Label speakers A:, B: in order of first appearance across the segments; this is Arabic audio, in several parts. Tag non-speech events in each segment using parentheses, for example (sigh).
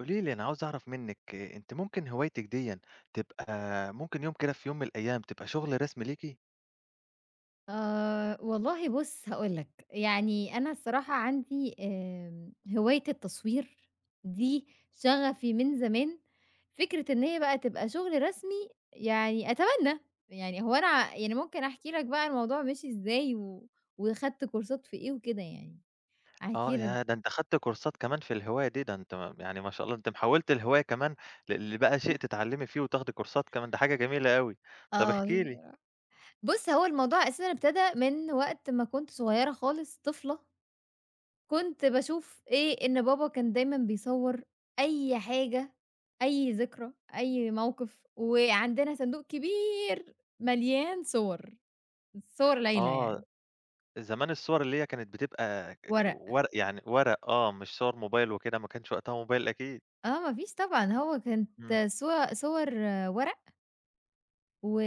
A: قولي لي أنا عاوز أعرف منِّك إيه، أنتِ ممكن هوايتِك ديًّا تبقى ممكن يوم كده في يوم من الأيام تبقى شغل رسم ليكِ؟
B: والله بُص هاقول لك، يعني أنا الصراحة عندي هواية التصوير دي شغفي من زمان. فكرة إن هي بقى تبقى شغل رسمي يعني أتمنى. يعني هو أنا يعني ممكن أحكي لك بقى الموضوع مشي إزاي و وخدت كورسات في إيه وكده يعني،
A: آه،
B: هاحكي لك.
A: ياه! ده أنتِ خدتِ كورسات كمان في الهواية دي، ده أنتِ يعني ما شاء الله أنتِ محوّلتِ الهواية كمان ل لبقى شيء تتعلّمي فيه وتاخدي كورسات كمان، ده حاجة جميلة أوي. طَب احكي
B: آه،
A: لي
B: بُص هو الموضوع أساسًا ابتدى من وقت ما كنت صغيرة خالص طفلة، كنت باشوف إيه، إن بابا كان دايمًا بيصوّر أي حاجة، أي ذكرى، أي موقف، وعندنا صندوق كبير مليان صور، صور ليلى
A: آه،
B: يعني،
A: زمان الصور اللي هي كانت بتبقى ك
B: ورق.
A: ورق يعني ورق آه، مش صور موبايل وكده، ما كانش وقتها موبايل أكيد.
B: آه، ما فيش طبعًا. هو كانت
A: إمم،
B: صور ورق، و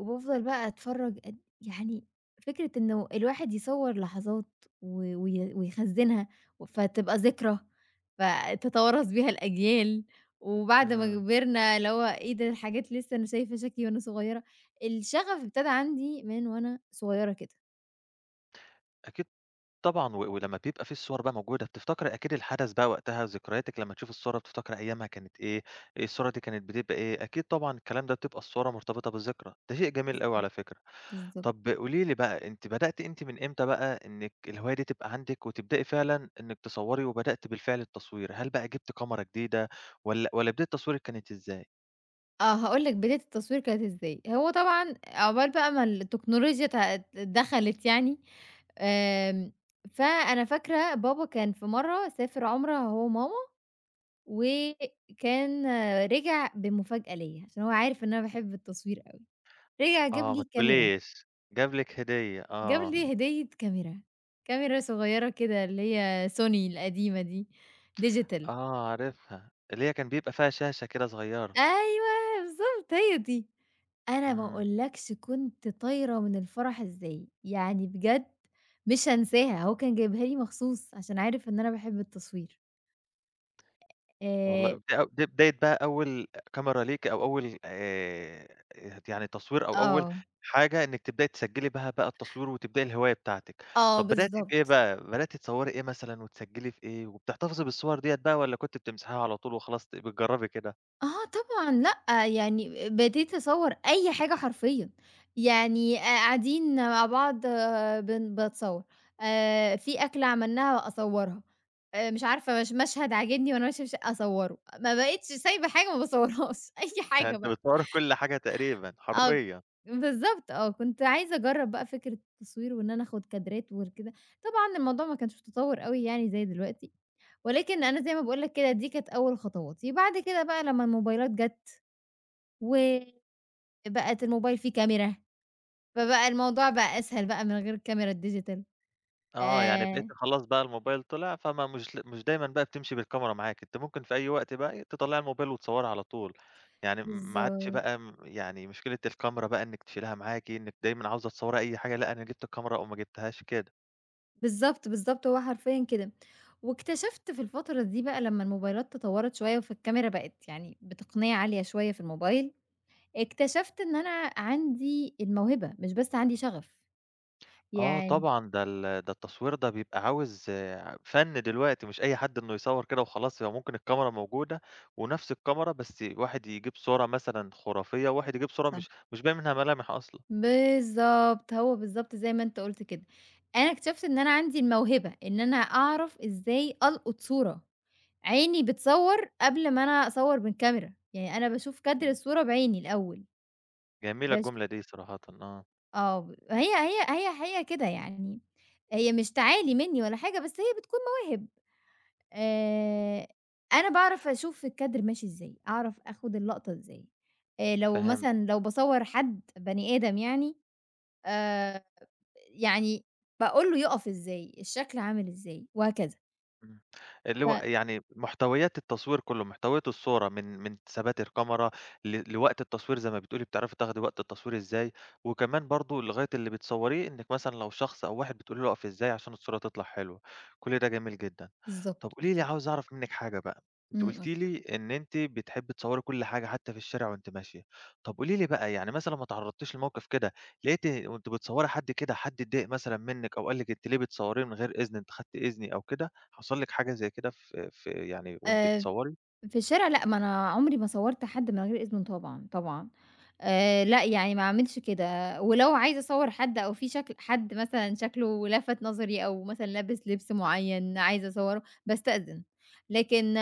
B: وبافضل بقى أتفرّج قد يعني فكرة إنه الواحد يصوّر لحظات و وي ويخزّنها فتبقى ذكرى، فتتوارث بيها الأجيال. وبعد ما
A: إمم،
B: كبرنا اللي هو إيه ده الحاجات لسه أنا شايفة شكلي وأنا صغيّرة، الشغف ابتدى عندي من وأنا صغيّرة كده.
A: أكيد طبعًا، و ولمّا بيبقى في الصور بقى موجودة، بتفتكري أكيد الحدث بقى وقتها، ذكرياتِك لمّا تشوفي الصورة بتفتكري أيامها كانت إيه، الصورة دي كانت بتبقى إيه، أكيد طبعًا الكلام ده بتبقى الصورة مرتبطة بالذكرى، ده شيء جميل أوي
B: بالضبط،
A: على فكرة.
B: بالضبط.
A: طب قولي لي بقى، أنتِ بدأتِ أنتِ من إمتى بقى إنِّك الهواية دي تبقى عندِك وتبدئي فعلًا إنِّك تصوّري وبدأتِ بالفعل التصوير؟ هل بقى جبتِ كاميرا جديدة والّا بداية تصويرِك كانت إزاي؟
B: آه، هاقول لك بداية التصوير كانت إزاي. هو طبعًا عقبال بقى ما التكنولوجيا دخلت يعني، آمم، فأنا فاكرة بابا كان في مرّة سافر عُمرة هو وماما، وكان آه، رجع بمفاجأة ليّا، عشان هو عارف إن أنا باحب التصوير أوي، رجع جاب
A: آه، ما
B: لي كاميرا،
A: تقوليش، جاب لِك هدية،
B: جاب
A: آه،
B: لي هدية كاميرا، كاميرا صغيّرة كده اللي هي Sony القديمة دي digital.
A: آه عارفها، اللي هي كان بيبقى فيها شاشة كده صغيّرة.
B: أيوه بالضبط، هي دي. أنا ما
A: إمم.
B: أقولكش كنت طايرة من الفرح إزاي، يعني بجد مش هانساها. هو كان جايبها لي مخصوص عشان عارف إن أنا باحب التصوير.
A: والله
B: آآ
A: دي بداية بقى أول كاميرا ليكِ أو أول يعني تصوير أو أول
B: آه،
A: حاجة إنِّك تبدئي تسجّلي بها بقى التصوير وتبدئي الهواية بتاعتِك.
B: آه
A: طَب بدأتِ بإيه
B: بالضبط.
A: بقى، بدأتِ تصوّري إيه مثلًا وتسجّلي في إيه، وبتحتفظي بالصور ديّة بقى والّا كنتِ بتمسحيها على طول وخلاص بتجرّبي كده؟
B: آه طبعًا لأ، يعني بديت أصوّر أي حاجة حرفيًا، يعني قاعدين مع بعض آه، باتصوّر، في أكلة عملناها أصوّرها، مش عارفة مش مشهد عاجبني وأنا ماشية في الشقة أصوّره، ما بقيتش سايبة حاجة ما باصوّرهاش، (laughs) أي
A: (laughs) ده
B: حاجة
A: أنتِ
B: بقى.
A: بتصوّري كل حاجة تقريبًا
B: آه
A: حرفيًا.
B: بالضبط آه، كنت عايزة أجرّب بقى فكرة التصوير وإن أنا آخُد كادرات وكده. طبعًا الموضوع ما كانش متطوّر أوي يعني زي دلوقتي، ولكن أنا زي ما باقول لك كده دي كانت أول خطواتي. بعد كده بقى لمّا الموبايلات جات وبقت الموبايل فيه كاميرا، فبقى الموضوع بقى أسهل بقى من غير الكاميرا الديجيتال.
A: آه، يعني بقيتِ
B: آآ
A: خلاص بقى الموبايل طلع، فما مش مش دايمًا بقى بتمشي بالكاميرا معاك، أنتِ ممكن في أي وقت بقى تطلّعي الموبايل وتصوّري على طول، يعني ما عادش
B: بالضبط،
A: بقى يعني مشكلة الكاميرا بقى إنِّك تشيليها معاكِ، إنِّك دايمًا عاوزة تصوّري أي حاجة، لأ أنا جِبت الكاميرا أو ما جِبتهاش كده.
B: بالضبط، بالضبط، هو حرفيًا كده. واكتشفت في الفترة دي بقى لمّا الموبايلات تطوّرت شوية فالكاميرا بقت يعني بتقنية عالية شوية في الموبايل، اكتشفت إن أنا عندي الموهبة، مش بس عندي شغف.
A: آه
B: يعني
A: طبعًا، ده التصوير ده بيبقى عاوز آه، فَن دلوقتي، مش أي حد إنه يصوّر كده وخلاص، هو ممكن الكاميرا موجودة ونفس الكاميرا بس واحد يجيب صورة مثلًا خرافية، وواحد يجيب صورة
B: صح.
A: مش باين منها ملامح أصلًا.
B: بالضبط، هو بالضبط زي ما أنت قُلت كده. أنا اكتشفت إن أنا عندي الموهبة، إن أنا أعرف إزاي ألقُط صورة. عيني بتصوّر قبل ما أنا أصوّر من كاميرا، يعني أنا باشوف كادر
A: إمم.
B: الصورة بعيني الأول.
A: جميلة
B: باش
A: الجملة دي صراحةً، آه.
B: آه، هي كده يعني، هي مش تعالي منّي ولا حاجة، بس هي بتكون مواهب. آآ أنا باعرف أشوف الكادر ماشي إزاي، أعرف آخُد اللقطة إزاي. لو
A: فهمت
B: مثلًا لو باصوّر حد بني آدم يعني، آآ يعني باقول له يُقف إزاي، الشكل عامل إزاي، وهكذا.
A: إمم. اللي هو
B: ف
A: يعني محتويات التصوير كُلّه، محتويات الصورة من ثبات الكاميرا ل لوقت التصوير زي ما بتقولي بتعرفي تاخدي وقت التصوير إزاي، وكمان برضه لغاية اللي بتصوّريه إنِّك مثلًا لو شخص أو واحد بتقولي له اقف إزاي عشان الصورة تطلع حلوة، كل ده جميل جدًا. طَب
B: بالضبط،
A: قولي لي
B: بالضبط.
A: عاوز أعرف منِّك حاجة بقى، أنتِ
B: إمم، قُل
A: قُلتِ
B: لي.
A: لي إن أنتِ بتحبّي تصوّري كل حاجة حتى في الشارع وأنتِ ماشية، طَب قولي لي بقى يعني مثلًا ما تعرّضتيش لموقف كده لقيتِ وأنتِ بتصوّري حد كده حد اتضايق مثلًا منِّك أو قال لِك أنتِ ليه بتصوّريني من غير إذني، أنتِ خدتِ إذني أو كده؟ حصل لِك حاجة زي كده في يعني وأنتِ
B: آآ
A: بتصوّري؟
B: في الشارع لأ، ما أنا عمري ما صوّرت حد من غير إذنه طبعًا، طبعًا. لأ، يعني ما أعملش كده، ولو عايزة أصوّر حد أو في شكل حد مثلًا شكله لَفَت نظري أو مثلًا لابس لبس معيّن عايزة أصوّره، باستأذن. لكن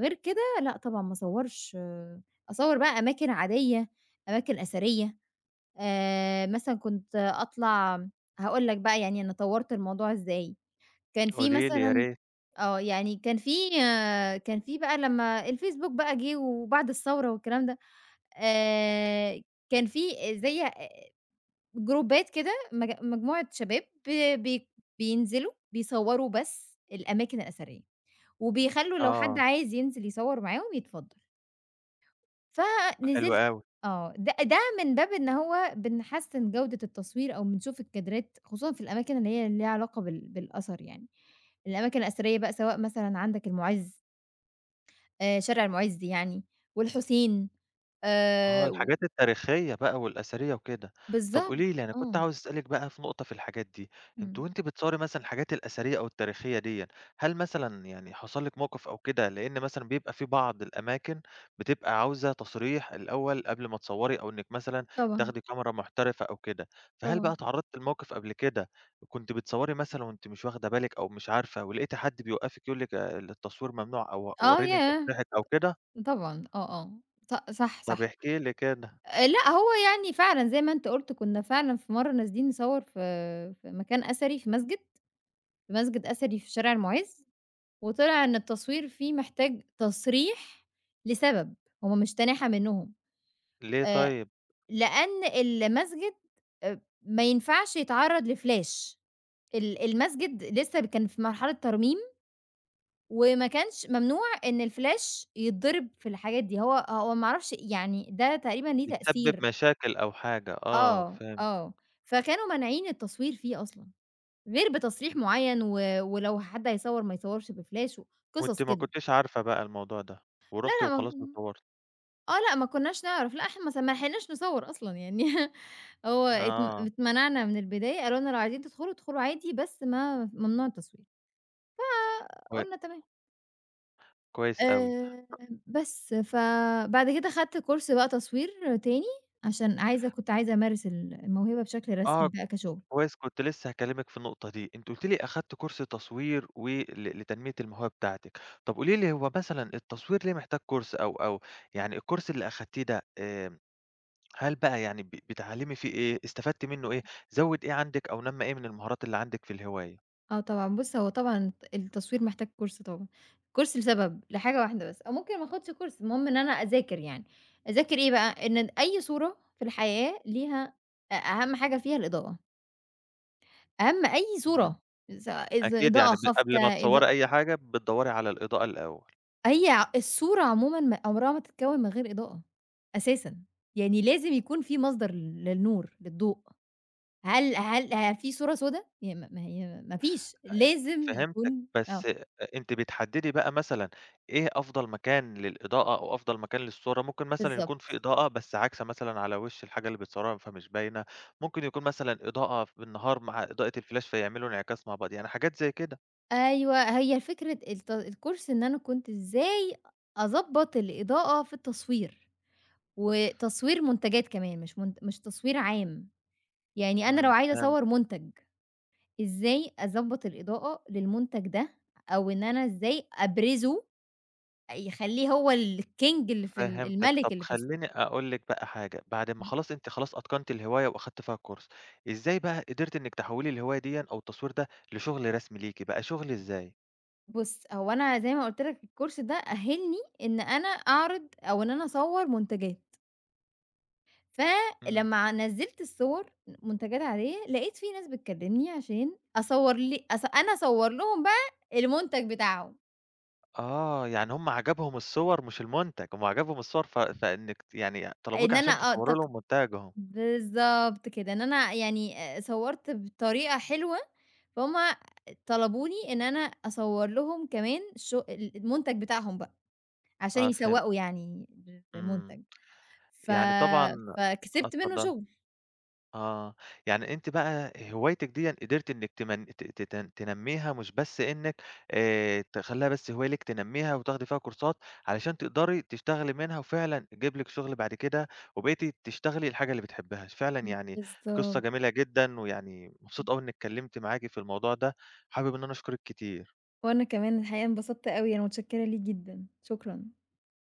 B: غير كده لأ، طبعًا ما أصوّرش. أصوّر بقى أماكن عادية، أماكن أثرية. مثلًا كنت أطلع، هاقول لك بقى يعني أنا طوّرت الموضوع إزاي. كان في
A: قولي لي يا
B: مثلًا
A: ريت.
B: آه، يعني كان في كان في بقى لمّا الفيسبوك بقى جِه وبعد الثورة والكلام ده، آآ، كان في زي جروبات كده مجموعة شباب ب بي بينزلوا بيصوّروا بس الأماكن الأثرية، وبيخلّوا لو حد
A: آه،
B: عايز ينزل يصوّر معاهم يتفضّل،
A: حلو
B: فنزلت
A: أوي.
B: آه، ده من باب إن هو بنحسّن جودة التصوير أو بنشوف الكادرات خصوصًا في الأماكن اللي هي ليها علاقة بالأثر يعني، الأماكن الأثرية بقى سواء مثلًا عندك المُعز، شارع المُعز يعني والحُسين.
A: آه،
B: و
A: الحاجات التاريخية بقى والأثرية وكده. طب
B: بالضبط.
A: قولي لي أنا كنت
B: آه،
A: عاوز أسألِك بقى في نقطة في الحاجات دي، أنتِ
B: إمم،
A: وأنتِ بتصوري مثلًا الحاجات الأثرية أو التاريخية ديًا، هل مثلًا يعني حصل لِك موقف أو كده لإن مثلًا بيبقى في بعض الأماكن بتبقى عاوزة تصريح الأول قبل ما تصوري أو إنِّك مثلًا
B: طبعًا،
A: تاخدي كاميرا محترفة أو كده، فهل بقى
B: طبعًا.
A: اتعرضتِ لموقف قبل كده كنتِ بتصوري مثلًا وأنتِ مش واخدة بالِك أو مش عارفة ولقيتِ حد بيوقفِك يقول لِك آه، التصوير ممنوع أو
B: آه
A: وريني
B: ياه!
A: تصريحِك أو كده؟
B: طبعًا، آه، آه، صح،
A: طب
B: صح.
A: احكي لي كده،
B: لأ هو يعني فعلًا زي ما أنت قُلت كنا فعلًا في مرّة نازلين نصوّر في مكان أثري في مسجد، في مسجد أثري في شارع المُعز، وطلع إن التصوير فيه محتاج تصريح لسبب، هم مش تناحة منّهم.
A: ليه
B: آآ
A: طيب؟
B: لأن المسجد ما ينفعش يتعرّض لفلاش. المسجد لسه كان في مرحلة ترميم، وما كانش ممنوع إن الفلاش يتضرب في الحاجات دي، هو ما أعرفش يعني ده تقريبًا ليه
A: بيسبب
B: تأثير.
A: مشاكل أو حاجة، آه
B: آه،
A: فهمت،
B: آه. فكانوا مانعين التصوير فيه أصلًا، غير بتصريح معيّن، و ولو حد هيصوّر ما يصوّرش بفلاش
A: وأنتِ
B: وقصص
A: ما
B: كده.
A: كنتيش عارفة بقى الموضوع ده،
B: لا،
A: ورُحتِ
B: لا ما
A: وخلاص وصورتِ،
B: آه، لأ ما كناش نعرف. لأ إحنا ما لحقناش نصوّر أصلًا يعني. (laughs) هو اتم
A: آه
B: اتمنعنا من البداية، قالوا لنا لو عايزين تدخلوا ادخلوا عادي بس ما ممنوع التصوير،
A: كوي
B: فقُلنا تمام.
A: كويس أوي،
B: آآ بس، فبعد كده خدت كورس بقى تصوير تاني، عشان كنت عايزة أمارس الموهبة بشكل
A: آه
B: رسمي بقى كشغل.
A: كويس كنت لسه هاكلمِك في النقطة دي، أنتِ قُلتِ لي أخدتِ كورس تصوير و ل لتنمية الموهبة بتاعتِك، طب قولي لي هو مثلًا التصوير ليه محتاج كورس أو يعني الكورس اللي أخدتيه ده آمم، هل بقى يعني بتتعلمي فيه إيه، استفدتِ منه إيه، زوّد إيه عندِك أو نمّى إيه من المهارات اللي عندِك في الهواية؟
B: آه طبعًا، بُص هو طبعًا التصوير محتاج كورس طبعًا. كورس لسبب، لحاجة واحدة بس، أو ممكن ما آخدش كورس، المهم إن أنا أذاكر يعني. أذاكر إيه بقى، إن أي صورة في الحياة ليها أهم حاجة فيها الإضاءة، أهم أي
A: إمم،
B: صورة. إذا
A: أكيد
B: إضاءة
A: يعني
B: خافتة.
A: قبل ما
B: إضا
A: تصوري أي حاجة بتدوري على الإضاءة الأول.
B: هي ع الصورة عمومًا ما عمرها ما تتكوّن من غير إضاءة أساسًا، يعني لازم يكون في مصدر للنور، للضوء. هل هل ه في صورة سودا؟ ي ما ما هي ما فيش، لازم
A: فهمتِك،
B: يكون آه،
A: بس أنتِ بتحددي بقى مثلًا إيه أفضل مكان للإضاءة أو أفضل مكان للصورة، ممكن مثلًا يكون
B: بالضبط.
A: في إضاءة بس عاكسة مثلًا على وش الحاجة اللي بتصوّرها فمش باينة، ممكن يكون مثلًا إضاءة بالنهار مع إضاءة الفلاش فيعملوا انعكاس مع بعض، يعني حاجات زي كده.
B: أيوه هي فكرة الكورس إن أنا كنت إزاي أضبّط الإضاءة في التصوير، وتصوير منتجات كمان مش تصوير عام، يعني أنا لو
A: إمم،
B: عايزة
A: فهمت،
B: أصوّر منتج، إزاي أضبّط الإضاءة للمنتج ده، أو إن أنا إزاي أبرزه يخلّيه هو الking اللي في
A: فهمتِك.
B: الملك
A: طب
B: اللي في السوق.
A: خلّيني أقول لِك بقى حاجة، بعد ما خلاص أنتِ أتقنتِ الهواية وأخدتِ فيها كورس، إزاي بقى قدرتِ إنِّك تحوّلي الهواية ديًا أو التصوير ده لشغل رسمي ليكِ بقى، شغل إزاي؟
B: بُص، هو أنا زي ما قُلت لك الكورس ده أهِّلني إن أنا أعرض أو إن أنا أصوّر منتجات.
A: إمم.
B: فلمّا نزّلت الصور منتجات عادية، لقيت في ناس بتكلّمني عشان أصوّر لي أص أنا أصوّر لهم بقى المنتج بتاعهم.
A: آه، يعني هُم عجبهم الصور مش المنتج، هُم عجبهم الصور ف فإنِّك يعني طلبوكِ
B: إن
A: عشان
B: أنا آه
A: تصوّري
B: تق
A: لهم منتجهم.
B: بالضبط كده، إن أنا يعني صوّرت بطريقة حلوة، فهُم طلبوني إن أنا أصوّر لهم كمان المنتج بتاعهم بقى. عشان
A: آه، فهمت.
B: يسوّقوا يعني
A: إمم،
B: للمنتج. ف
A: يعني طبعًا آه،
B: فكسبت منّه
A: اتفضلي.
B: شُغل.
A: آه، يعني أنتِ بقى هوايتِك ديًّا قدرتِ إنِّك تمن ت ت تن تنمّيها مش بس إنِّك تخلّيها بس هواية ليك تنمّيها وتاخدي فيها كورسات علشان تقدري تشتغلي منها وفعلًا تجيب لِك شغل بعد كده، وبقيتِ تشتغلي الحاجة اللي بتحبيها، فعلًا يعني قصة
B: بالضبط.
A: جميلة جدًا، ويعني مبسوط أوي إني اتكلمت معاكِ في الموضوع ده، حابب إن أنا أشكرِك كتير.
B: وأنا كمان الحقيقة انبسطت أوي، أنا متشكّرة ليك جدًا، شكرًا.